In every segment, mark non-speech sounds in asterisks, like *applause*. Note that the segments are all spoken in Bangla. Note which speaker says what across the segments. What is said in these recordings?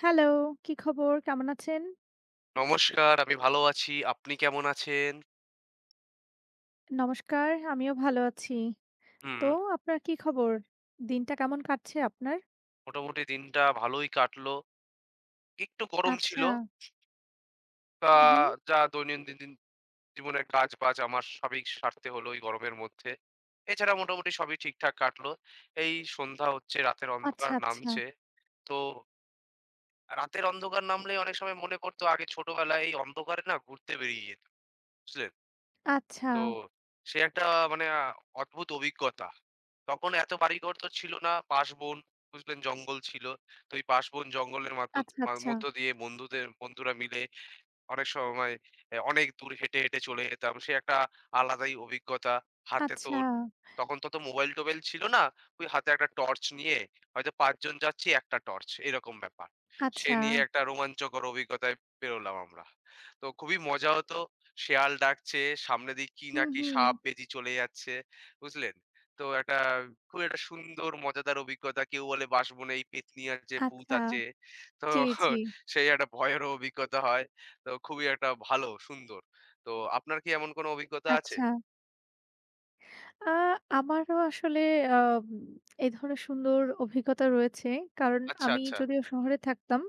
Speaker 1: হ্যালো, কি খবর? কেমন আছেন?
Speaker 2: নমস্কার, আমি ভালো আছি। আপনি কেমন আছেন?
Speaker 1: নমস্কার, আমিও ভালো আছি।
Speaker 2: হুম,
Speaker 1: তো আপনার কি খবর? দিনটা কেমন কাটছে আপনার?
Speaker 2: মোটামুটি দিনটা ভালোই কাটলো। একটু গরম ছিল।
Speaker 1: আচ্ছা।
Speaker 2: তা
Speaker 1: হু, হু।
Speaker 2: যা দৈনন্দিন দিন জীবনের কাজ-বাজ আমার সবই সারতে হলো এই গরমের মধ্যে। এছাড়া মোটামুটি সবই ঠিকঠাক কাটলো। এই সন্ধ্যা হচ্ছে, রাতের
Speaker 1: আচ্ছা,
Speaker 2: অন্ধকার
Speaker 1: আচ্ছা।
Speaker 2: নামছে। তো রাতের অন্ধকার নামলে অনেক সময় মনে পড়তো আগে ছোটবেলায় এই অন্ধকারে না ঘুরতে বেরিয়ে যেতাম, বুঝলেন?
Speaker 1: আচ্ছা,
Speaker 2: তো সে একটা মানে অদ্ভুত অভিজ্ঞতা। তখন এত বাড়িঘর তো ছিল না, পাশবন, বুঝলেন জঙ্গল ছিল। তো ওই পাশবন জঙ্গলের মাধ্য
Speaker 1: আচ্ছা,
Speaker 2: মা
Speaker 1: আচ্ছা,
Speaker 2: মধ্য দিয়ে বন্ধুরা মিলে অনেক সময় অনেক দূর হেঁটে, হেঁটে চলে যেতাম। সে একটা আলাদাই অভিজ্ঞতা। হাতে
Speaker 1: আচ্ছা,
Speaker 2: তোর তখন তো অত মোবাইল-টোবাইল ছিল না। ওই হাতে একটা টর্চ নিয়ে হয়তো ৫ জন যাচ্ছি, একটা টর্চ এরকম ব্যাপার। সে
Speaker 1: আচ্ছা।
Speaker 2: নিয়ে একটা রোমাঞ্চকর অভিজ্ঞতায় পেরোলাম আমরা। তো খুবই মজা হতো। শেয়াল ডাকছে, সামনে দিয়ে কি
Speaker 1: হু,
Speaker 2: না কি
Speaker 1: হু।
Speaker 2: সাপ বেজি চলে যাচ্ছে। বুঝলেন? তো একটা খুব একটা সুন্দর মজাদার অভিজ্ঞতা। কেউ বলে বাঁশবনে এই পেত্নী আছে, ভূত
Speaker 1: আচ্ছা।
Speaker 2: আছে। তো
Speaker 1: জি, জি।
Speaker 2: সেই একটা ভয়েরও অভিজ্ঞতা হয়। তো খুবই একটা ভালো, সুন্দর। তো আপনার কি এমন কোনো অভিজ্ঞতা আছে?
Speaker 1: আচ্ছা। আ আমারও আসলে আম এই ধরনের সুন্দর অভিজ্ঞতা রয়েছে। কারণ
Speaker 2: আচ্ছা,
Speaker 1: আমি
Speaker 2: আচ্ছা,
Speaker 1: যদিও শহরে থাকতাম,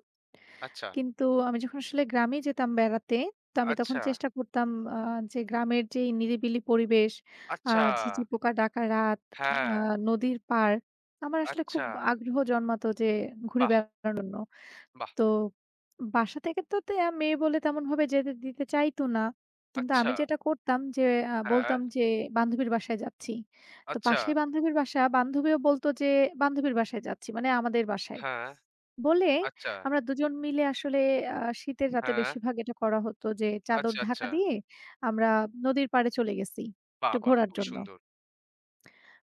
Speaker 2: আচ্ছা।
Speaker 1: কিন্তু আমি যখন আসলে গ্রামে যেতাম বেড়াতে, তো আমি তখন
Speaker 2: আচ্ছা,
Speaker 1: চেষ্টা করতাম আ যে গ্রামের যেই নিরিবিলি পরিবেশ, আ
Speaker 2: আচ্ছা,
Speaker 1: ঝিঁঝি পোকা ডাকা রাত, আ
Speaker 2: হ্যাঁ,
Speaker 1: নদীর পাড়, আমার আসলে খুব
Speaker 2: আচ্ছা,
Speaker 1: আগ্রহ জন্মাতো যে ঘুরে
Speaker 2: বাহ!
Speaker 1: বেড়ানোর জন্য।
Speaker 2: বাহ!
Speaker 1: তো বাসা থেকে তো তে আহ মেয়ে বলে তেমনভাবে যেতে দিতে চাইতো না। কিন্তু
Speaker 2: আচ্ছা,
Speaker 1: আমি যেটা করতাম যে
Speaker 2: হ্যাঁ,
Speaker 1: বলতাম যে, "বান্ধবীর বাসায় যাচ্ছি।" তো
Speaker 2: আচ্ছা,
Speaker 1: পাশেই বান্ধবীর বাসা। বান্ধবীও বলতো যে, "বান্ধবীর বাসায় যাচ্ছি।" মানে আমাদের বাসায়।
Speaker 2: হ্যাঁ,
Speaker 1: বলে
Speaker 2: আচ্ছা,
Speaker 1: আমরা দুজন মিলে আসলে শীতের রাতে
Speaker 2: হ্যাঁ,
Speaker 1: বেশিরভাগ এটা করা হতো যে চাদর
Speaker 2: আচ্ছা, আচ্ছা।
Speaker 1: ঢাকা দিয়ে আমরা নদীর পাড়ে চলে গেছি
Speaker 2: বাহ!
Speaker 1: একটু
Speaker 2: বাহ!
Speaker 1: ঘোরার
Speaker 2: খুবই
Speaker 1: জন্য।
Speaker 2: সুন্দর।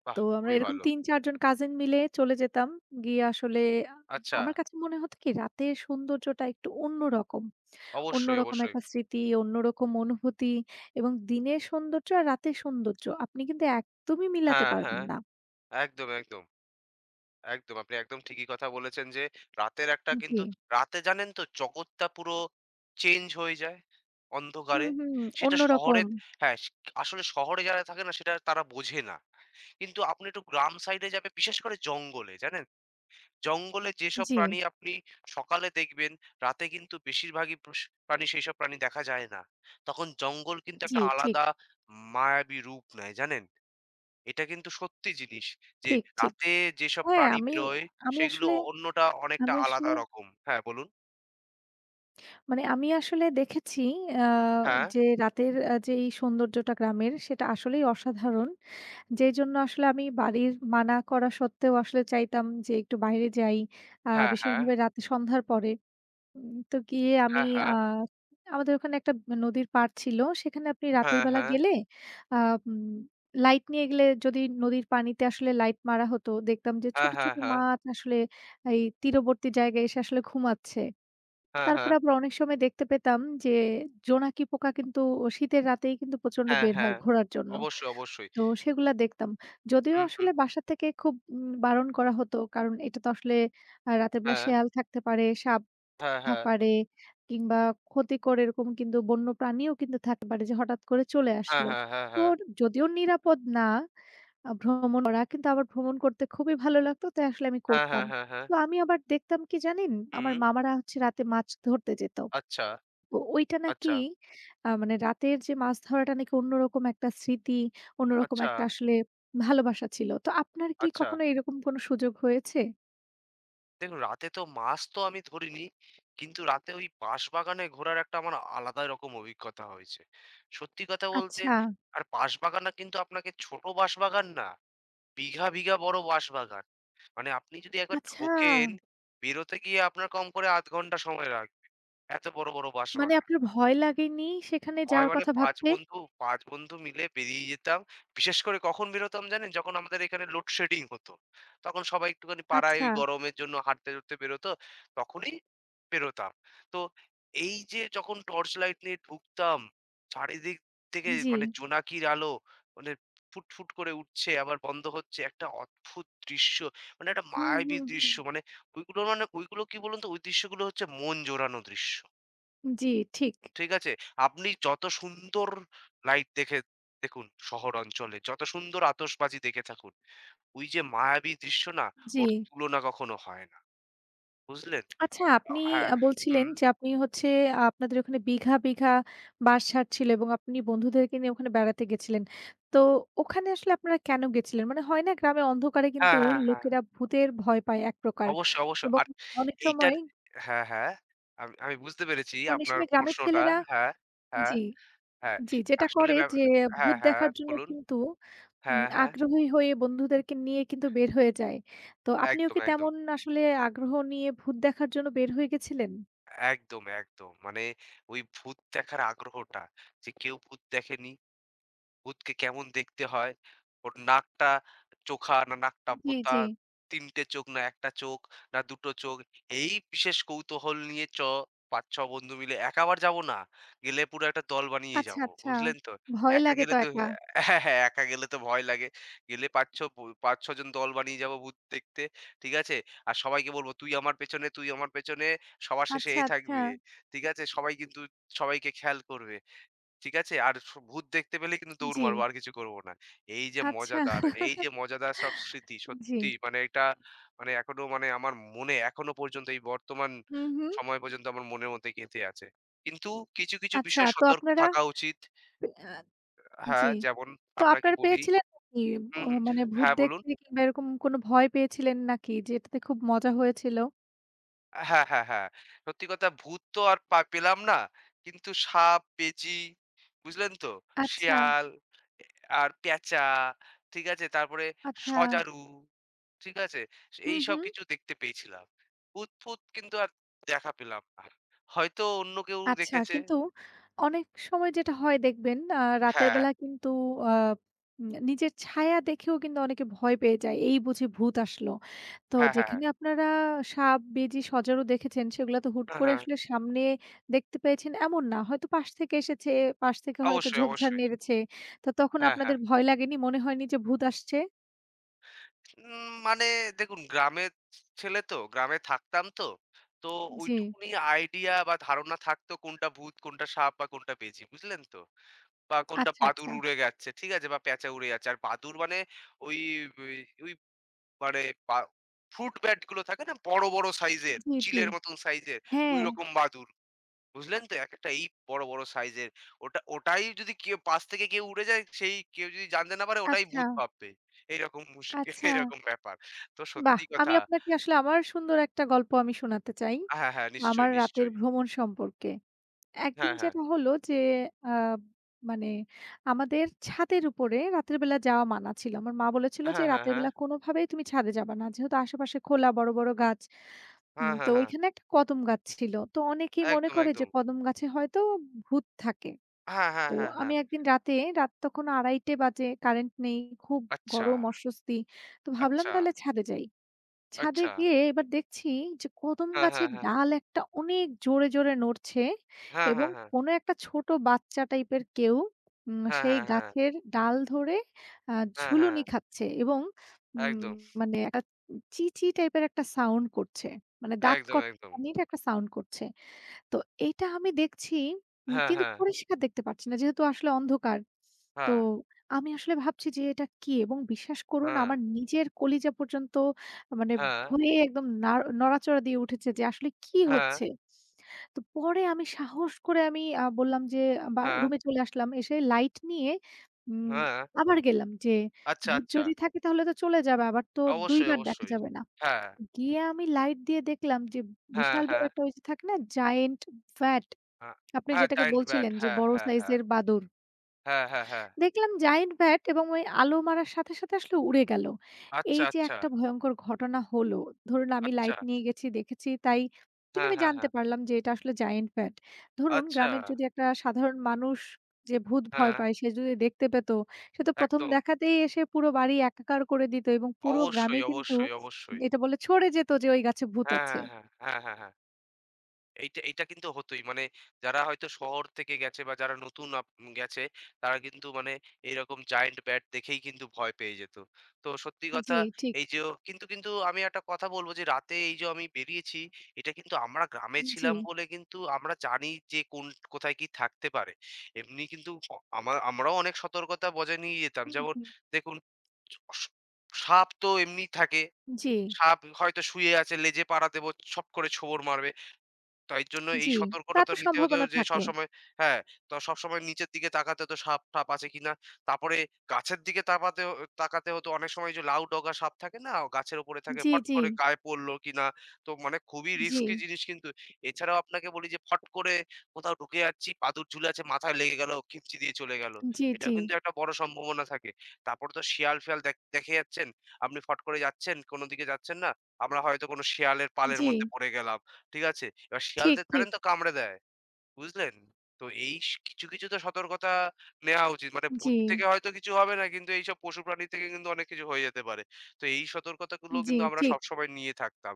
Speaker 2: বাহ!
Speaker 1: তো আমরা
Speaker 2: খুবই
Speaker 1: এরকম
Speaker 2: ভালো।
Speaker 1: ৩-৪ জন কাজিন মিলে চলে যেতাম। গিয়ে আসলে আ
Speaker 2: আচ্ছা,
Speaker 1: আমার কাছে মনে হতো কি রাতের সৌন্দর্যটা একটু অন্যরকম।
Speaker 2: অবশ্যই,
Speaker 1: অন্যরকম
Speaker 2: অবশ্যই।
Speaker 1: একটা স্মৃতি, অন্যরকম অনুভূতি এবং দিনের সৌন্দর্য আর রাতের সৌন্দর্য আপনি কিন্তু একদমই মিলাতে
Speaker 2: হ্যাঁ,
Speaker 1: পারবেন
Speaker 2: হ্যাঁ,
Speaker 1: না।
Speaker 2: একদম, একদম। একদম। আপনি একদম ঠিকই কথা বলেছেন যে রাতের একটা
Speaker 1: জি।
Speaker 2: কিন্তু রাতে জানেন তো জগৎটা পুরো চেঞ্জ হয়ে যায় অন্ধকারে।
Speaker 1: হুম, হুম,
Speaker 2: সেটা শহরে
Speaker 1: অন্যরকম।
Speaker 2: হ্যাঁ, স আসলে শহরে যারা থাকে না সেটা তারা বোঝে না। কিন্তু আপনি একটু গ্রাম সাইডে যাবে বিশেষ করে জঙ্গলে, জানেন? জঙ্গলে যেসব
Speaker 1: জি,
Speaker 2: প্রাণী আপনি সকালে দেখবেন, রাতে কিন্তু বেশিরভাগই প্রাণী সেইসব প্রাণী দেখা যায় না। তখন জঙ্গল কিন্তু
Speaker 1: জি,
Speaker 2: একটা
Speaker 1: ঠিক,
Speaker 2: আলাদা মায়াবী রূপ নেয়, জানেন? এটা কিন্তু সত্যি জিনিস যে
Speaker 1: ঠিক, ঠিক।
Speaker 2: রাতে যেসব
Speaker 1: হ্যাঁ,
Speaker 2: প্রাণী
Speaker 1: আমি
Speaker 2: বেরোয়
Speaker 1: আমি
Speaker 2: সেগুলো
Speaker 1: আসলে
Speaker 2: অন্যটা অনেকটা
Speaker 1: আমি
Speaker 2: আলাদা
Speaker 1: আসলে
Speaker 2: রকম। হ্যাঁ, বলুন।
Speaker 1: মানে আমি আসলে দেখেছি আ
Speaker 2: হ্যাঁ,
Speaker 1: যে রাতের যেই সৌন্দর্যটা গ্রামের সেটা আসলেই অসাধারণ। যেই জন্য আসলে আমি বাড়ির মানা করা সত্ত্বেও আসলে চাইতাম যে একটু বাইরে যাই।
Speaker 2: হ্যাঁ, হ্যাঁ,
Speaker 1: বিশেষভাবে রাতে সন্ধ্যার পরে। তো গিয়ে আমি
Speaker 2: হ্যাঁ,
Speaker 1: আ
Speaker 2: হ্যাঁ,
Speaker 1: আমাদের ওখানে একটা নদীর পাড় ছিল। সেখানে আপনি রাতের
Speaker 2: হ্যাঁ,
Speaker 1: বেলা
Speaker 2: হ্যাঁ,
Speaker 1: গেলে আ উম লাইট নিয়ে গেলে যদি নদীর পানিতে আসলে লাইট মারা হতো, দেখতাম যে
Speaker 2: হ্যাঁ,
Speaker 1: ছোট,
Speaker 2: হ্যাঁ,
Speaker 1: ছোট
Speaker 2: হ্যাঁ,
Speaker 1: মাছ আসলে এই তীরবর্তী জায়গায় এসে আসলে ঘুমাচ্ছে।
Speaker 2: হ্যাঁ, হ্যাঁ,
Speaker 1: তারপরে আবার অনেক সময় দেখতে পেতাম যে জোনাকি পোকা কিন্তু শীতের রাতেই কিন্তু প্রচণ্ড
Speaker 2: হ্যাঁ,
Speaker 1: বের হয়
Speaker 2: হ্যাঁ।
Speaker 1: ঘোরার জন্য।
Speaker 2: অবশ্যই, অবশ্যই।
Speaker 1: তো সেগুলা দেখতাম। যদিও
Speaker 2: হুম, হুম।
Speaker 1: আসলে বাসা থেকে খুব বারণ করা হতো। কারণ এটা তো আসলে রাতের বেলা
Speaker 2: হ্যাঁ,
Speaker 1: শেয়াল থাকতে পারে, সাপ
Speaker 2: হ্যাঁ,
Speaker 1: থাকতে
Speaker 2: হ্যাঁ,
Speaker 1: পারে কিংবা ক্ষতিকর এরকম কিন্তু বন্য প্রাণীও কিন্তু থাকতে পারে যে হঠাৎ করে চলে
Speaker 2: হ্যাঁ,
Speaker 1: আসলো।
Speaker 2: হ্যাঁ, হ্যাঁ,
Speaker 1: তো
Speaker 2: হ্যাঁ,
Speaker 1: যদিও নিরাপদ না ভ্রমণ করা, কিন্তু আমার ভ্রমণ করতে খুবই ভালো লাগতো তাই আসলে আমি
Speaker 2: হ্যাঁ, হ্যাঁ,
Speaker 1: করতাম।
Speaker 2: হ্যাঁ, হ্যাঁ।
Speaker 1: তো আমি আবার দেখতাম কি জানেন? আমার
Speaker 2: হুম।
Speaker 1: মামারা হচ্ছে রাতে মাছ ধরতে যেত।
Speaker 2: আচ্ছা,
Speaker 1: তো ওইটা নাকি
Speaker 2: আচ্ছা,
Speaker 1: মানে রাতের যে মাছ ধরাটা নাকি অন্যরকম একটা স্মৃতি, অন্যরকম
Speaker 2: আচ্ছা,
Speaker 1: একটা আসলে ভালোবাসা ছিল। তো আপনার কি
Speaker 2: আচ্ছা।
Speaker 1: কখনো এরকম কোনো সুযোগ হয়েছে?
Speaker 2: দেখুন রাতে তো মাছ তো আমি ধরিনি। কিন্তু রাতে ওই বাঁশবাগানে ঘোরার একটা আমার আলাদা রকম অভিজ্ঞতা হয়েছে। সত্যি কথা বলতে
Speaker 1: আচ্ছা,
Speaker 2: আর বাঁশবাগানটা কিন্তু আপনাকে ছোট বাঁশবাগান না, বিঘা, বিঘা বড় বাঁশবাগান। মানে আপনি যদি একবার
Speaker 1: আচ্ছা।
Speaker 2: ঢোকেন, বেরোতে গিয়ে আপনার কম করে ০.৫ ঘন্টা সময় লাগবে। এত বড়, বড়
Speaker 1: মানে
Speaker 2: বাঁশবাগান।
Speaker 1: আপনার ভয় লাগেনি সেখানে
Speaker 2: হয়
Speaker 1: যাওয়ার
Speaker 2: মানে
Speaker 1: কথা
Speaker 2: ৫
Speaker 1: ভাবতে?
Speaker 2: বন্ধু ৫ বন্ধু মিলে বেরিয়ে যেতাম। বিশেষ করে কখন বেরোতাম জানেন? যখন আমাদের এখানে লোডশেডিং হতো। তখন সবাই একটুখানি পাড়ায়
Speaker 1: আচ্ছা,
Speaker 2: ওই গরমের জন্য হাঁটতে-চড়তে বেরোতো। তখনই বেরোতাম। তো এই যে যখন টর্চ লাইট নিয়ে ঢুকতাম, চারিদিক থেকে
Speaker 1: জি।
Speaker 2: মানে জোনাকির আলো মানে ফুটফুট করে উঠছে আবার বন্ধ হচ্ছে। একটা অদ্ভুত দৃশ্য। মানে একটা
Speaker 1: হুম,
Speaker 2: মায়াবী
Speaker 1: হুম,
Speaker 2: দৃশ্য।
Speaker 1: হুম।
Speaker 2: মানে ওইগুলো মানে ওইগুলো কি বলুন তো? ওই দৃশ্যগুলো হচ্ছে মন জোড়ানো দৃশ্য।
Speaker 1: জি, ঠিক।
Speaker 2: ঠিক আছে? আপনি যত সুন্দর লাইট দেখে দেখুন শহর অঞ্চলে, যত সুন্দর আতশবাজি দেখে থাকুন। ওই যে মায়াবী দৃশ্য না,
Speaker 1: জি।
Speaker 2: ওর তুলনা কখনো হয় না। বুঝলেন?
Speaker 1: আচ্ছা আপনি
Speaker 2: হ্যাঁ,
Speaker 1: বলছিলেন
Speaker 2: হুম।
Speaker 1: যে আপনি হচ্ছে আহ, আপনাদের ওখানে বিঘা, বিঘা বাঁশঝাড় ছিল এবং আপনি বন্ধুদেরকে নিয়ে ওখানে বেড়াতে গেছিলেন। তো ওখানে আসলে আপনারা কেন গেছিলেন? মানে হয় না গ্রামে অন্ধকারে কিন্তু
Speaker 2: হ্যাঁ, হ্যাঁ, হ্যাঁ।
Speaker 1: লোকেরা ভূতের ভয় পায় এক প্রকার
Speaker 2: অবশ্যই, অবশ্যই।
Speaker 1: এবং
Speaker 2: আর
Speaker 1: অনেক
Speaker 2: এইটার
Speaker 1: সময়,
Speaker 2: হ্যাঁ, হ্যাঁ। আমি আমি বুঝতে পেরেছি
Speaker 1: অনেক
Speaker 2: আপনার
Speaker 1: সময় গ্রামের
Speaker 2: প্রশ্নটা।
Speaker 1: ছেলেরা
Speaker 2: হ্যাঁ, হ্যাঁ,
Speaker 1: জি,
Speaker 2: হ্যাঁ।
Speaker 1: জি যেটা
Speaker 2: আসলে
Speaker 1: করে
Speaker 2: ব্যাপ
Speaker 1: যে
Speaker 2: হ্যাঁ,
Speaker 1: ভূত
Speaker 2: হ্যাঁ,
Speaker 1: দেখার জন্য
Speaker 2: বলুন।
Speaker 1: কিন্তু
Speaker 2: হ্যাঁ, হ্যাঁ।
Speaker 1: আগ্রহী হয়ে বন্ধুদেরকে নিয়ে কিন্তু বের হয়ে যায়। তো আপনিও
Speaker 2: একদম,
Speaker 1: কি
Speaker 2: একদম।
Speaker 1: তেমন আসলে আগ্রহ নিয়ে ভূত দেখার জন্য বের হয়ে গেছিলেন?
Speaker 2: একদম, একদম। মানে ওই ভূত দেখার আগ্রহটা যে কেউ ভূত দেখেনি ভূতকে কেমন দেখতে হয়। ওর নাকটা চোখা না নাকটা
Speaker 1: জি,
Speaker 2: বোঁতা,
Speaker 1: জি।
Speaker 2: ৩ টে চোখ না ১ টা চোখ না ২ টো চোখ। এই বিশেষ কৌতূহল নিয়ে ৫-৬ বন্ধু মিলে একা আবার যাবো না। গেলে পুরো একটা দল বানিয়ে
Speaker 1: আচ্ছা,
Speaker 2: যাবো।
Speaker 1: আচ্ছা।
Speaker 2: বুঝলেন তো?
Speaker 1: ভয়
Speaker 2: একা
Speaker 1: লাগে
Speaker 2: গেলে
Speaker 1: তো
Speaker 2: তো
Speaker 1: একা।
Speaker 2: হ্যাঁ, হ্যাঁ, হ্যাঁ, একা গেলে তো ভয় লাগে। গেলে ৫-৬ জন দল বানিয়ে যাবো ভূত দেখতে। ঠিক আছে? আর সবাইকে বলবো, "তুই আমার পেছনে, তুই আমার পেছনে।" সবার শেষে
Speaker 1: আচ্ছা,
Speaker 2: এ
Speaker 1: আচ্ছা।
Speaker 2: থাকবে। ঠিক আছে? সবাই কিন্তু সবাইকে খেয়াল করবে। ঠিক আছে? আর ভূত দেখতে পেলে কিন্তু দৌড়
Speaker 1: জি।
Speaker 2: মারবো। আর কিছু করব না। এই যে
Speaker 1: আচ্ছা,
Speaker 2: মজাদার,
Speaker 1: *laughs*
Speaker 2: এই যে মজাদার সব স্মৃতি
Speaker 1: জি।
Speaker 2: সত্যি মানে এটা মানে এখনো মানে আমার মনে এখনো পর্যন্ত এই বর্তমান
Speaker 1: হুম, হুম।
Speaker 2: সময় পর্যন্ত আমার মনের মধ্যে গেঁথে আছে। কিন্তু কিছু, কিছু
Speaker 1: আচ্ছা,
Speaker 2: বিষয়ে
Speaker 1: তো
Speaker 2: সতর্ক
Speaker 1: আপনারা
Speaker 2: থাকা উচিত।
Speaker 1: আ জি।
Speaker 2: হ্যাঁ, যেমন
Speaker 1: তো
Speaker 2: আপনাকে
Speaker 1: আপনারা
Speaker 2: বলি
Speaker 1: পেয়েছিলেন নাকি
Speaker 2: হুম, হুম।
Speaker 1: মানে ভূত
Speaker 2: হ্যাঁ, বলুন।
Speaker 1: দেখতে কিংবা এরকম কোনো ভয় পেয়েছিলেন নাকি? যেটাতে খুব মজা হয়েছিল?
Speaker 2: হ্যাঁ, হ্যাঁ, হ্যাঁ। সত্যি কথা ভূত তো আর পা পেলাম না। কিন্তু সাপ, পেঁচি বুঝলেন তো?
Speaker 1: আচ্ছা,
Speaker 2: শেয়াল আর পেঁচা, ঠিক আছে? তারপরে
Speaker 1: আচ্ছা।
Speaker 2: সজারু, ঠিক আছে?
Speaker 1: হুম,
Speaker 2: এইসব
Speaker 1: হুম।
Speaker 2: কিছু দেখতে পেয়েছিলাম। বুদফুদ কিন্তু আর দেখা পেলাম না। হয়তো অন্য কেউ
Speaker 1: আচ্ছা,
Speaker 2: দেখেছে।
Speaker 1: কিন্তু অনেক সময় যেটা হয় দেখবেন রাতের
Speaker 2: হ্যাঁ,
Speaker 1: বেলা কিন্তু আ উম নিজের ছায়া দেখেও কিন্তু অনেকে ভয় পেয়ে যায়। এই বুঝি ভূত আসলো। তো
Speaker 2: হ্যাঁ, হ্যাঁ, হ্যাঁ,
Speaker 1: যেখানে আপনারা সাপ, বেজি, সজারু দেখেছেন সেগুলা তো হুট
Speaker 2: হ্যাঁ,
Speaker 1: করে
Speaker 2: হ্যাঁ।
Speaker 1: আসলে সামনে দেখতে পেয়েছেন এমন না। হয়তো পাশ থেকে এসেছে, পাশ থেকে হয়তো
Speaker 2: অবশ্যই,
Speaker 1: ঝোপঝাড়
Speaker 2: অবশ্যই।
Speaker 1: নেড়েছে। তো তখন
Speaker 2: হ্যাঁ, হ্যাঁ।
Speaker 1: আপনাদের ভয় লাগেনি? মনে হয়নি যে ভূত আসছে?
Speaker 2: মানে দেখুন গ্রামের ছেলে তো, গ্রামে থাকতাম তো। তো
Speaker 1: জি।
Speaker 2: ওইটুকুনি আইডিয়া বা ধারণা থাকতো কোনটা ভূত, কোনটা সাপ বা কোনটা বেজি, বুঝলেন তো? বা কোনটা
Speaker 1: আচ্ছা, আচ্ছা।
Speaker 2: বাদুড় উড়ে যাচ্ছে, ঠিক আছে? বা পেঁচা উড়ে যাচ্ছে। আর বাদুড় মানে ওই ওই মানে বা ফ্রুট ব্যাট গুলো থাকে না বড়, বড় সাইজের
Speaker 1: জি, জি।
Speaker 2: চিলের মতন সাইজের
Speaker 1: হ্যাঁ।
Speaker 2: ঐরকম বাদুড়। বুঝলেন তো? একেকটা এই বড়, বড় সাইজের। ওটাই যদি কেউ পাশ থেকে কেউ উড়ে যায় সেই কেউ যদি জানতে না পারে ওটাই
Speaker 1: আচ্ছা,
Speaker 2: ভূত ভাববে। এইরকম মুশকিল
Speaker 1: আচ্ছা।
Speaker 2: *laughs* এইরকম ব্যাপার। তো
Speaker 1: বাহ!
Speaker 2: সত্যি
Speaker 1: আমি
Speaker 2: কথা
Speaker 1: আপনাকে আসলে আমার সুন্দর একটা গল্প আমি শোনাতে চাই।
Speaker 2: হ্যাঁ, হ্যাঁ, নিশ্চয়ই,
Speaker 1: আমার রাতের
Speaker 2: নিশ্চয়ই।
Speaker 1: ভ্রমণ সম্পর্কে। একদিন
Speaker 2: হ্যাঁ, হ্যাঁ।
Speaker 1: যেটা হলো যে, আ মানে আমাদের ছাদের উপরে রাতের বেলা যাওয়া মানা ছিল। আমার মা বলেছিল যে,
Speaker 2: হ্যাঁ, হ্যাঁ,
Speaker 1: "রাতের
Speaker 2: হ্যাঁ।
Speaker 1: বেলা কোনোভাবেই তুমি ছাদে যাবা না।" যেহেতু আশেপাশে খোলা বড়, বড় গাছ।
Speaker 2: হ্যাঁ,
Speaker 1: তো
Speaker 2: হ্যাঁ, হ্যাঁ।
Speaker 1: ওইখানে একটা কদম গাছ ছিল। তো অনেকেই মনে
Speaker 2: একদম,
Speaker 1: করে যে,
Speaker 2: একদম।
Speaker 1: কদম গাছে হয়তো ভূত থাকে।
Speaker 2: হ্যাঁ, হ্যাঁ,
Speaker 1: তো
Speaker 2: হ্যাঁ,
Speaker 1: আমি
Speaker 2: হ্যাঁ।
Speaker 1: একদিন রাতে, রাত তখন ২:৩০ বাজে, কারেন্ট নেই, খুব
Speaker 2: আচ্ছা,
Speaker 1: গরম, অস্বস্তি। তো ভাবলাম
Speaker 2: আচ্ছা,
Speaker 1: তাহলে ছাদে যাই। ছাদে
Speaker 2: আচ্ছা।
Speaker 1: গিয়ে এবার দেখছি যে কদম
Speaker 2: হ্যাঁ, হ্যাঁ,
Speaker 1: গাছের
Speaker 2: হ্যাঁ।
Speaker 1: ডাল একটা অনেক জোরে জোরে নড়ছে
Speaker 2: হ্যাঁ,
Speaker 1: এবং
Speaker 2: হ্যাঁ, হ্যাঁ।
Speaker 1: কোনো একটা ছোট বাচ্চা টাইপের কেউ
Speaker 2: হ্যাঁ,
Speaker 1: সেই
Speaker 2: হ্যাঁ, হ্যাঁ।
Speaker 1: গাছের ডাল ধরে আহ,
Speaker 2: হ্যাঁ, হ্যাঁ।
Speaker 1: ঝুলুনি খাচ্ছে এবং উম,
Speaker 2: একদম,
Speaker 1: মানে একটা চিচি টাইপের একটা সাউন্ড করছে, মানে দাঁত
Speaker 2: একদম, একদম।
Speaker 1: কটকানির একটা সাউন্ড করছে। তো এইটা আমি দেখছি
Speaker 2: হ্যাঁ,
Speaker 1: কিন্তু
Speaker 2: হ্যাঁ,
Speaker 1: পরিষ্কার দেখতে পাচ্ছি না। যেহেতু আসলে অন্ধকার। তো
Speaker 2: হ্যাঁ,
Speaker 1: আমি আসলে ভাবছি যে এটা কি? এবং বিশ্বাস করুন
Speaker 2: হ্যাঁ,
Speaker 1: আমার নিজের কলিজা পর্যন্ত মানে
Speaker 2: হ্যাঁ,
Speaker 1: ভয়ে একদম নড়াচড়া দিয়ে উঠেছে যে আসলে কি
Speaker 2: হ্যাঁ,
Speaker 1: হচ্ছে? তো পরে আমি সাহস করে আমি আ বললাম যে বা রুমে চলে আসলাম। এসে লাইট নিয়ে উম
Speaker 2: হ্যাঁ, হ্যাঁ।
Speaker 1: আবার গেলাম যে
Speaker 2: আচ্ছা,
Speaker 1: ভূত
Speaker 2: আচ্ছা।
Speaker 1: যদি থাকে তাহলে তো চলে যাবে। আবার তো ২
Speaker 2: অবশ্যই,
Speaker 1: বার দেখা
Speaker 2: অবশ্যই।
Speaker 1: যাবে না।
Speaker 2: হ্যাঁ,
Speaker 1: গিয়ে আমি লাইট দিয়ে দেখলাম যে
Speaker 2: হ্যাঁ,
Speaker 1: বিশাল বড়
Speaker 2: হ্যাঁ,
Speaker 1: একটা ওই যে থাকে না জায়ান্ট ভ্যাট?
Speaker 2: হ্যাঁ,
Speaker 1: আপনি
Speaker 2: হ্যাঁ,
Speaker 1: যেটাকে
Speaker 2: জায়ান্ট ব্যাট।
Speaker 1: বলছিলেন যে
Speaker 2: হ্যাঁ,
Speaker 1: বড়
Speaker 2: হ্যাঁ, হ্যাঁ,
Speaker 1: সাইজের বাদুড়।
Speaker 2: হ্যাঁ, হ্যাঁ, হ্যাঁ।
Speaker 1: দেখলাম জায়ান্ট ব্যাট এবং ওই আলো মারার সাথে, সাথে আসলে উড়ে গেল।
Speaker 2: আচ্ছা,
Speaker 1: এই যে
Speaker 2: আচ্ছা,
Speaker 1: একটা ভয়ঙ্কর ঘটনা হলো, ধরুন আমি
Speaker 2: আচ্ছা।
Speaker 1: লাইট নিয়ে গেছি, দেখেছি তাই কিন্তু
Speaker 2: হ্যাঁ,
Speaker 1: আমি
Speaker 2: হ্যাঁ,
Speaker 1: জানতে
Speaker 2: হ্যাঁ।
Speaker 1: পারলাম যে এটা আসলে জায়ান্ট ব্যাট। ধরুন
Speaker 2: আচ্ছা,
Speaker 1: গ্রামের যদি একটা সাধারণ মানুষ যে ভূত ভয়
Speaker 2: হ্যাঁ,
Speaker 1: পায় সে যদি দেখতে পেত, সে তো ১ম
Speaker 2: একদম।
Speaker 1: দেখাতেই এসে পুরো বাড়ি একাকার করে দিত এবং পুরো
Speaker 2: অবশ্যই,
Speaker 1: গ্রামে কিন্তু
Speaker 2: অবশ্যই, অবশ্যই।
Speaker 1: এটা বলে ছড়ে যেত যে ওই গাছে ভূত
Speaker 2: হ্যাঁ,
Speaker 1: আছে।
Speaker 2: হ্যাঁ, হ্যাঁ, হ্যাঁ, হ্যাঁ, হ্যাঁ। এইটা এইটা কিন্তু হতোই। মানে যারা হয়তো শহর থেকে গেছে বা যারা নতুন গেছে তারা কিন্তু মানে এইরকম জায়ান্ট ব্যাট দেখেই কিন্তু ভয় পেয়ে যেত। তো সত্যি কথা
Speaker 1: জি, ঠিক।
Speaker 2: এই যে ও- কিন্তু আমি একটা কথা বলব যে রাতে এই যে আমি বেরিয়েছি এটা কিন্তু আমরা গ্রামে
Speaker 1: জি।
Speaker 2: ছিলাম বলে কিন্তু আমরা জানি যে কোন কোথায় কি থাকতে পারে। এমনি কিন্তু অ আমা আমরাও অনেক সতর্কতা বজায় নিয়ে যেতাম।
Speaker 1: হুম,
Speaker 2: যেমন
Speaker 1: হুম।
Speaker 2: দেখুন স সাপ তো এমনি থাকে।
Speaker 1: জি।
Speaker 2: সাপ হয়তো শুয়ে আছে লেজে পাড়া দেব ছপ করে ছোবড় মারবে। তাই জন্য এই
Speaker 1: জি, তা
Speaker 2: সতর্কতা তো
Speaker 1: তো
Speaker 2: নিতে হতো
Speaker 1: সম্ভাবনা
Speaker 2: যে
Speaker 1: থাকে।
Speaker 2: সবসময় হ্যাঁ, তো সবসময় নিচের দিকে তাকাতে হতো সাপ-টাপ আছে কিনা। তারপরে গাছের দিকে তাপাতে হ তাকাতে হতো। অনেক সময় যে লাউ-ডগা সাপ থাকে না? গাছের উপরে থাকে।
Speaker 1: জি,
Speaker 2: ফট
Speaker 1: জি,
Speaker 2: করে গায়ে পড়লো কিনা? তো মানে খুবই
Speaker 1: জি,
Speaker 2: রিস্কি জিনিস কিন্তু। এছাড়াও আপনাকে বলি যে ফট করে কোথাও ঢুকে যাচ্ছি, পাদুক ঝুলে আছে, মাথায় লেগে গেল, খিপচি দিয়ে চলে গেল।
Speaker 1: জি, জি,
Speaker 2: এটাও কিন্তু একটা বড় সম্ভাবনা থাকে। তারপরে তো শিয়াল-ফিয়াল দেখে যাচ্ছেন। আপনি ফট করে যাচ্ছেন, কোন দিকে যাচ্ছেন না। আমরা হয়তো কোন শিয়ালের পালের
Speaker 1: জি,
Speaker 2: মধ্যে পড়ে গেলাম। ঠিক আছে? এবার
Speaker 1: ঠিক,
Speaker 2: শিয়ালদের
Speaker 1: ঠিক।
Speaker 2: কারেন্ট তো কামড়ে দেয়। বুঝলেন? তো এই কিছু, কিছু তো সতর্কতা নেওয়া উচিত। মানে
Speaker 1: জি,
Speaker 2: ভূত থেকে হয়তো কিছু হবে না কিন্তু এইসব পশু প্রাণী থেকে কিন্তু অনেক কিছু হয়ে যেতে পারে। তো এই সতর্কতাগুলো
Speaker 1: জি,
Speaker 2: কিন্তু আমরা
Speaker 1: ঠিক,
Speaker 2: সবসময় নিয়ে থাকতাম।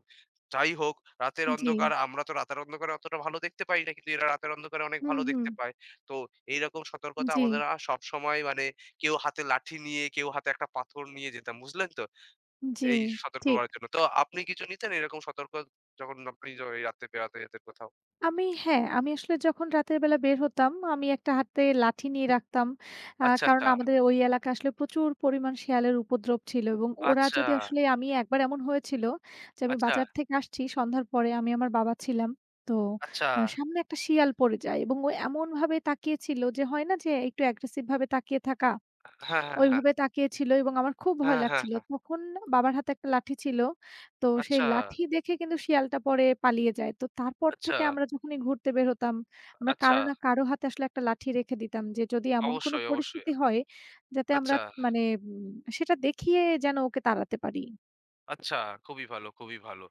Speaker 2: যাই হোক রাতের
Speaker 1: জি,
Speaker 2: অন্ধকার আমরা তো রাতের অন্ধকারে অতটা ভালো দেখতে পাই না। কিন্তু এরা রাতের অন্ধকারে অনেক
Speaker 1: হুম,
Speaker 2: ভালো
Speaker 1: হুম,
Speaker 2: দেখতে পায়। তো এইরকম সতর্কতা
Speaker 1: জি,
Speaker 2: আমাদের সবসময় মানে কেউ হাতে লাঠি নিয়ে, কেউ হাতে একটা পাথর নিয়ে যেতাম। বুঝলেন তো?
Speaker 1: জি,
Speaker 2: এই সতর্ক
Speaker 1: ঠিক।
Speaker 2: করার জন্য। তো আপনি কিছু নিতেন এরকম সতর্ক যখন আপনি এই রাত্রে বেড়াতে যেতেন কোথাও?
Speaker 1: আমি হ্যাঁ, আমি আসলে যখন রাতের বেলা বের হতাম, আমি একটা হাতে লাঠি নিয়ে রাখতাম।
Speaker 2: আচ্ছা,
Speaker 1: কারণ
Speaker 2: আচ্ছা,
Speaker 1: আমাদের ওই এলাকায় আসলে প্রচুর পরিমাণ শেয়ালের উপদ্রব ছিল এবং ওরা
Speaker 2: আচ্ছা,
Speaker 1: যদি আসলে আমি একবার এমন হয়েছিল যে, আমি
Speaker 2: আচ্ছা,
Speaker 1: বাজার থেকে আসছি সন্ধ্যার পরে আমি আমার বাবা ছিলাম। তো
Speaker 2: আচ্ছা।
Speaker 1: সামনে একটা শিয়াল পড়ে যায় এবং ও এমনভাবে তাকিয়েছিল যে, হয় না যে একটু অ্যাগ্রেসিভ ভাবে তাকিয়ে থাকা?
Speaker 2: হ্যাঁ, হ্যাঁ, হ্যাঁ।
Speaker 1: ওইভাবে তাকিয়ে ছিল এবং আমার খুব ভয়
Speaker 2: হ্যাঁ, হ্যাঁ,
Speaker 1: লাগছিল।
Speaker 2: হ্যাঁ।
Speaker 1: তখন বাবার হাতে একটা লাঠি ছিল। তো সেই
Speaker 2: আচ্ছা,
Speaker 1: লাঠি দেখে কিন্তু শিয়ালটা পরে পালিয়ে যায়। তো তারপর
Speaker 2: আচ্ছা,
Speaker 1: থেকে আমরা যখনই ঘুরতে বের হতাম, আমরা
Speaker 2: আচ্ছা।
Speaker 1: কারো না কারো হাতে আসলে একটা লাঠি রেখে দিতাম যে যদি এমন কোনো
Speaker 2: অবশ্যই, অবশ্যই।
Speaker 1: পরিস্থিতি হয় যাতে আমরা
Speaker 2: আচ্ছা।
Speaker 1: মানে উম সেটা দেখিয়ে যেন ওকে তাড়াতে পারি।
Speaker 2: আচ্ছা, খুবই ভালো, খুবই ভালো।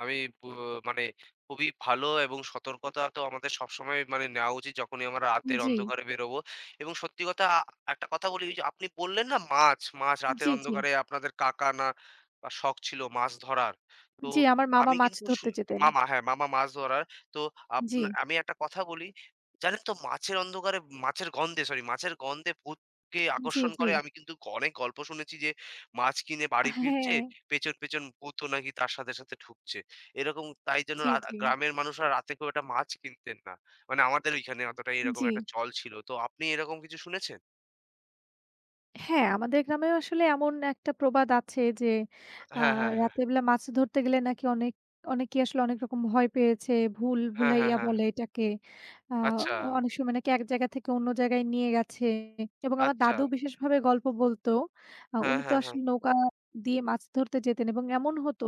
Speaker 2: আমি ব মানে খুবই ভালো এবং সতর্কতা তো আমাদের সবসময় মানে নেওয়া উচিত যখনই আমরা রাতের
Speaker 1: জি,
Speaker 2: অন্ধকারে বেরোবো। এবং সত্যি কথা একটা কথা বলি ওই যে আপনি বললেন না মাছ, মাছ রাতের
Speaker 1: জি, জি,
Speaker 2: অন্ধকারে আপনাদের কাকা না শখ ছিল মাছ ধরার। তো
Speaker 1: জি, আমার মামা
Speaker 2: আমি
Speaker 1: মাছ
Speaker 2: কিন্তু
Speaker 1: ধরতে যেতেন।
Speaker 2: মামা হ্যাঁ, মামা মাছ ধরার। তো
Speaker 1: জি,
Speaker 2: আমি একটা কথা বলি, জানেন তো মাছের অন্ধকারে মাছের গন্ধে ভূতকে
Speaker 1: জি,
Speaker 2: আকর্ষণ
Speaker 1: জি।
Speaker 2: করে। আমি কিন্তু অনেক গল্প শুনেছি যে মাছ কিনে বাড়ি ফিরছে
Speaker 1: হ্যাঁ,
Speaker 2: পেছন, পেছন ভূতও নাকি তার সাথে, সাথে ঢুকছে। এরকম তাই জন্য
Speaker 1: জি, জি,
Speaker 2: গ্রামের মানুষরা রাতে খুব একটা মাছ কিনতেন না। মানে আমাদের ওইখানে অতটা এরকম
Speaker 1: জি।
Speaker 2: একটা চল ছিল। তো আপনি এরকম কিছু শুনেছেন?
Speaker 1: হ্যাঁ, আমাদের গ্রামেও আসলে এমন একটা প্রবাদ আছে যে, আ
Speaker 2: হ্যাঁ, হ্যাঁ, হ্যাঁ।
Speaker 1: রাতের বেলা মাছ ধরতে গেলে নাকি অনেক অনেকেই আসলে অনেক রকম ভয় পেয়েছে। ভুল
Speaker 2: হ্যাঁ, হ্যাঁ,
Speaker 1: ভুলাইয়া
Speaker 2: হ্যাঁ।
Speaker 1: বলে এটাকে। আ
Speaker 2: আচ্ছা,
Speaker 1: অনেক সময় নাকি এক জায়গা থেকে অন্য জায়গায় নিয়ে গেছে এবং আমার
Speaker 2: আচ্ছা।
Speaker 1: দাদু বিশেষভাবে গল্প বলতো।
Speaker 2: হ্যাঁ,
Speaker 1: উনি তো
Speaker 2: হ্যাঁ, হ্যাঁ।
Speaker 1: আসলে নৌকা দিয়ে মাছ ধরতে যেতেন এবং এমন হতো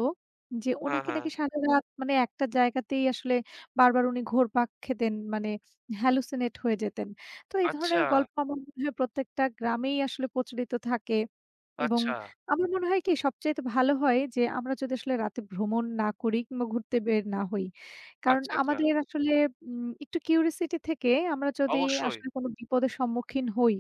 Speaker 1: যে,
Speaker 2: হ্যাঁ,
Speaker 1: উনাকে
Speaker 2: হ্যাঁ।
Speaker 1: নাকি সারারাত মানে একটা জায়গাতেই আসলে বারবার উনি ঘুরপাক খেতেন। মানে হ্যালুসিনেট হয়ে যেতেন। তো এই
Speaker 2: আচ্ছা,
Speaker 1: ধরনের গল্প আমার মনে হয় প্রত্যেকটা গ্রামেই আসলে প্রচলিত থাকে এবং
Speaker 2: আচ্ছা,
Speaker 1: আমার মনে হয় কি সবচাইতে ভালো হয় যে আমরা যদি আসলে রাতে ভ্রমণ না করি কিংবা ঘুরতে বের না হই। কারণ
Speaker 2: আচ্ছা, আচ্ছা।
Speaker 1: আমাদের আসলে একটু কিউরিসিটি থেকে আমরা যদি
Speaker 2: অবশ্যই।
Speaker 1: আসলে কোনো বিপদের সম্মুখীন হই,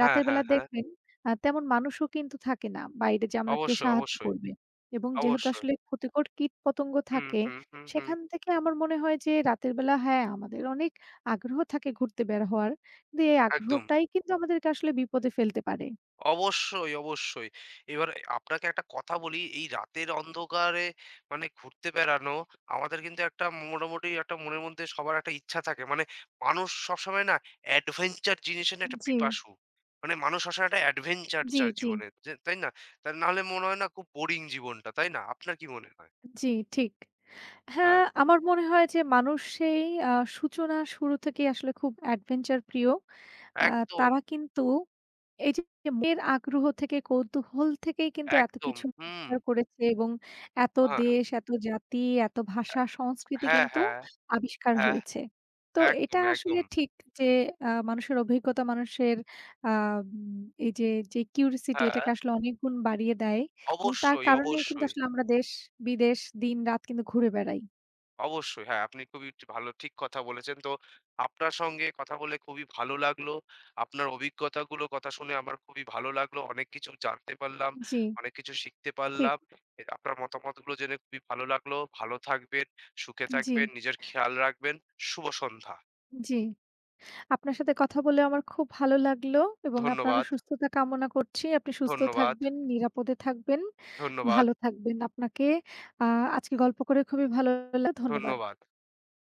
Speaker 2: হ্যাঁ,
Speaker 1: রাতের
Speaker 2: হ্যাঁ,
Speaker 1: বেলা
Speaker 2: হ্যাঁ।
Speaker 1: দেখবেন তেমন মানুষও কিন্তু থাকে না বাইরে যে আমাদেরকে
Speaker 2: অবশ্যই,
Speaker 1: সাহায্য
Speaker 2: অবশ্যই,
Speaker 1: করবে এবং যেহেতু
Speaker 2: অবশ্যই।
Speaker 1: আসলে ক্ষতিকর কীটপতঙ্গ
Speaker 2: হুম,
Speaker 1: থাকে,
Speaker 2: হুম, হুম, হুম।
Speaker 1: সেখান থেকে আমার মনে হয় যে রাতের বেলা হ্যাঁ, আমাদের অনেক আগ্রহ থাকে ঘুরতে বের হওয়ার। দিয়ে এই
Speaker 2: একদম।
Speaker 1: আগ্রহটাই কিন্তু আমাদেরকে আসলে বিপদে ফেলতে পারে।
Speaker 2: অবশ্যই, অবশ্যই। এবার আপনাকে একটা কথা বলি, এই রাতের অন্ধকারে মানে ঘুরতে বেড়ানো আমাদের কিন্তু একটা মোটামুটি একটা মনের মধ্যে সবার একটা ইচ্ছা থাকে। মানে মানুষ সবসময় না অ্যাডভেঞ্চার জিনিসের না একটা
Speaker 1: জি,
Speaker 2: পিপাসু। মানে মানুষ সবসময় একটা অ্যাডভেঞ্চার
Speaker 1: জি,
Speaker 2: চায়
Speaker 1: জি,
Speaker 2: জীবনে। যে তাই না? তা নাহলে মনে হয় না খুব বোরিং জীবনটা। তাই না? আপনার কি মনে হয়?
Speaker 1: জি, ঠিক। হ্যাঁ,
Speaker 2: হ্যাঁ,
Speaker 1: আমার মনে হয় যে মানুষ সেই আ সূচনা শুরু থেকেই আসলে খুব অ্যাডভেঞ্চার প্রিয়। আ
Speaker 2: একদম,
Speaker 1: তারা কিন্তু এই যে মনের আগ্রহ থেকে কৌতূহল থেকেই কিন্তু এত
Speaker 2: একদম।
Speaker 1: কিছু
Speaker 2: হুম।
Speaker 1: আবিষ্কার করেছে এবং এত
Speaker 2: হ্যাঁ,
Speaker 1: দেশ, এত জাতি, এত ভাষা, সংস্কৃতি
Speaker 2: হ্যাঁ,
Speaker 1: কিন্তু
Speaker 2: হ্যাঁ,
Speaker 1: আবিষ্কার
Speaker 2: হ্যাঁ।
Speaker 1: হয়েছে। তো এটা
Speaker 2: একদম,
Speaker 1: আসলে
Speaker 2: একদম।
Speaker 1: ঠিক যে মানুষের অভিজ্ঞতা মানুষের আ উম এই যে, যে কিউরিসিটি
Speaker 2: হ্যাঁ,
Speaker 1: এটাকে আসলে অনেক গুণ বাড়িয়ে দেয় এবং তার
Speaker 2: অবশ্যই,
Speaker 1: কারণেই কিন্তু
Speaker 2: অবশ্যই।
Speaker 1: আসলে আমরা দেশ-বিদেশ দিন-রাত কিন্তু ঘুরে বেড়াই।
Speaker 2: অবশ্যই। হ্যাঁ, আপনি খুবই ভালো ঠিক কথা বলেছেন। তো আপনার সঙ্গে কথা বলে খুবই ভালো লাগলো। আপনার অভিজ্ঞতাগুলো কথা শুনে আমার খুবই ভালো লাগলো। অনেক কিছু জানতে পারলাম,
Speaker 1: জি,
Speaker 2: অনেক কিছু শিখতে
Speaker 1: ঠিক।
Speaker 2: পারলাম। আপনার মতামতগুলো জেনে খুবই ভালো লাগলো। ভালো থাকবেন, সুখে
Speaker 1: জি,
Speaker 2: থাকবেন, নিজের খেয়াল রাখবেন। শুভ সন্ধ্যা।
Speaker 1: জি। আপনার সাথে কথা বলে আমার খুব ভালো লাগলো এবং আপনারও
Speaker 2: ধন্যবাদ,
Speaker 1: সুস্থতা কামনা করছি। আপনি সুস্থ
Speaker 2: ধন্যবাদ,
Speaker 1: থাকবেন, নিরাপদে থাকবেন,
Speaker 2: ধন্যবাদ,
Speaker 1: ভালো থাকবেন। আপনাকে আ আজকে গল্প করে খুবই ভালো ধন্যবাদ।
Speaker 2: ধন্যবাদ।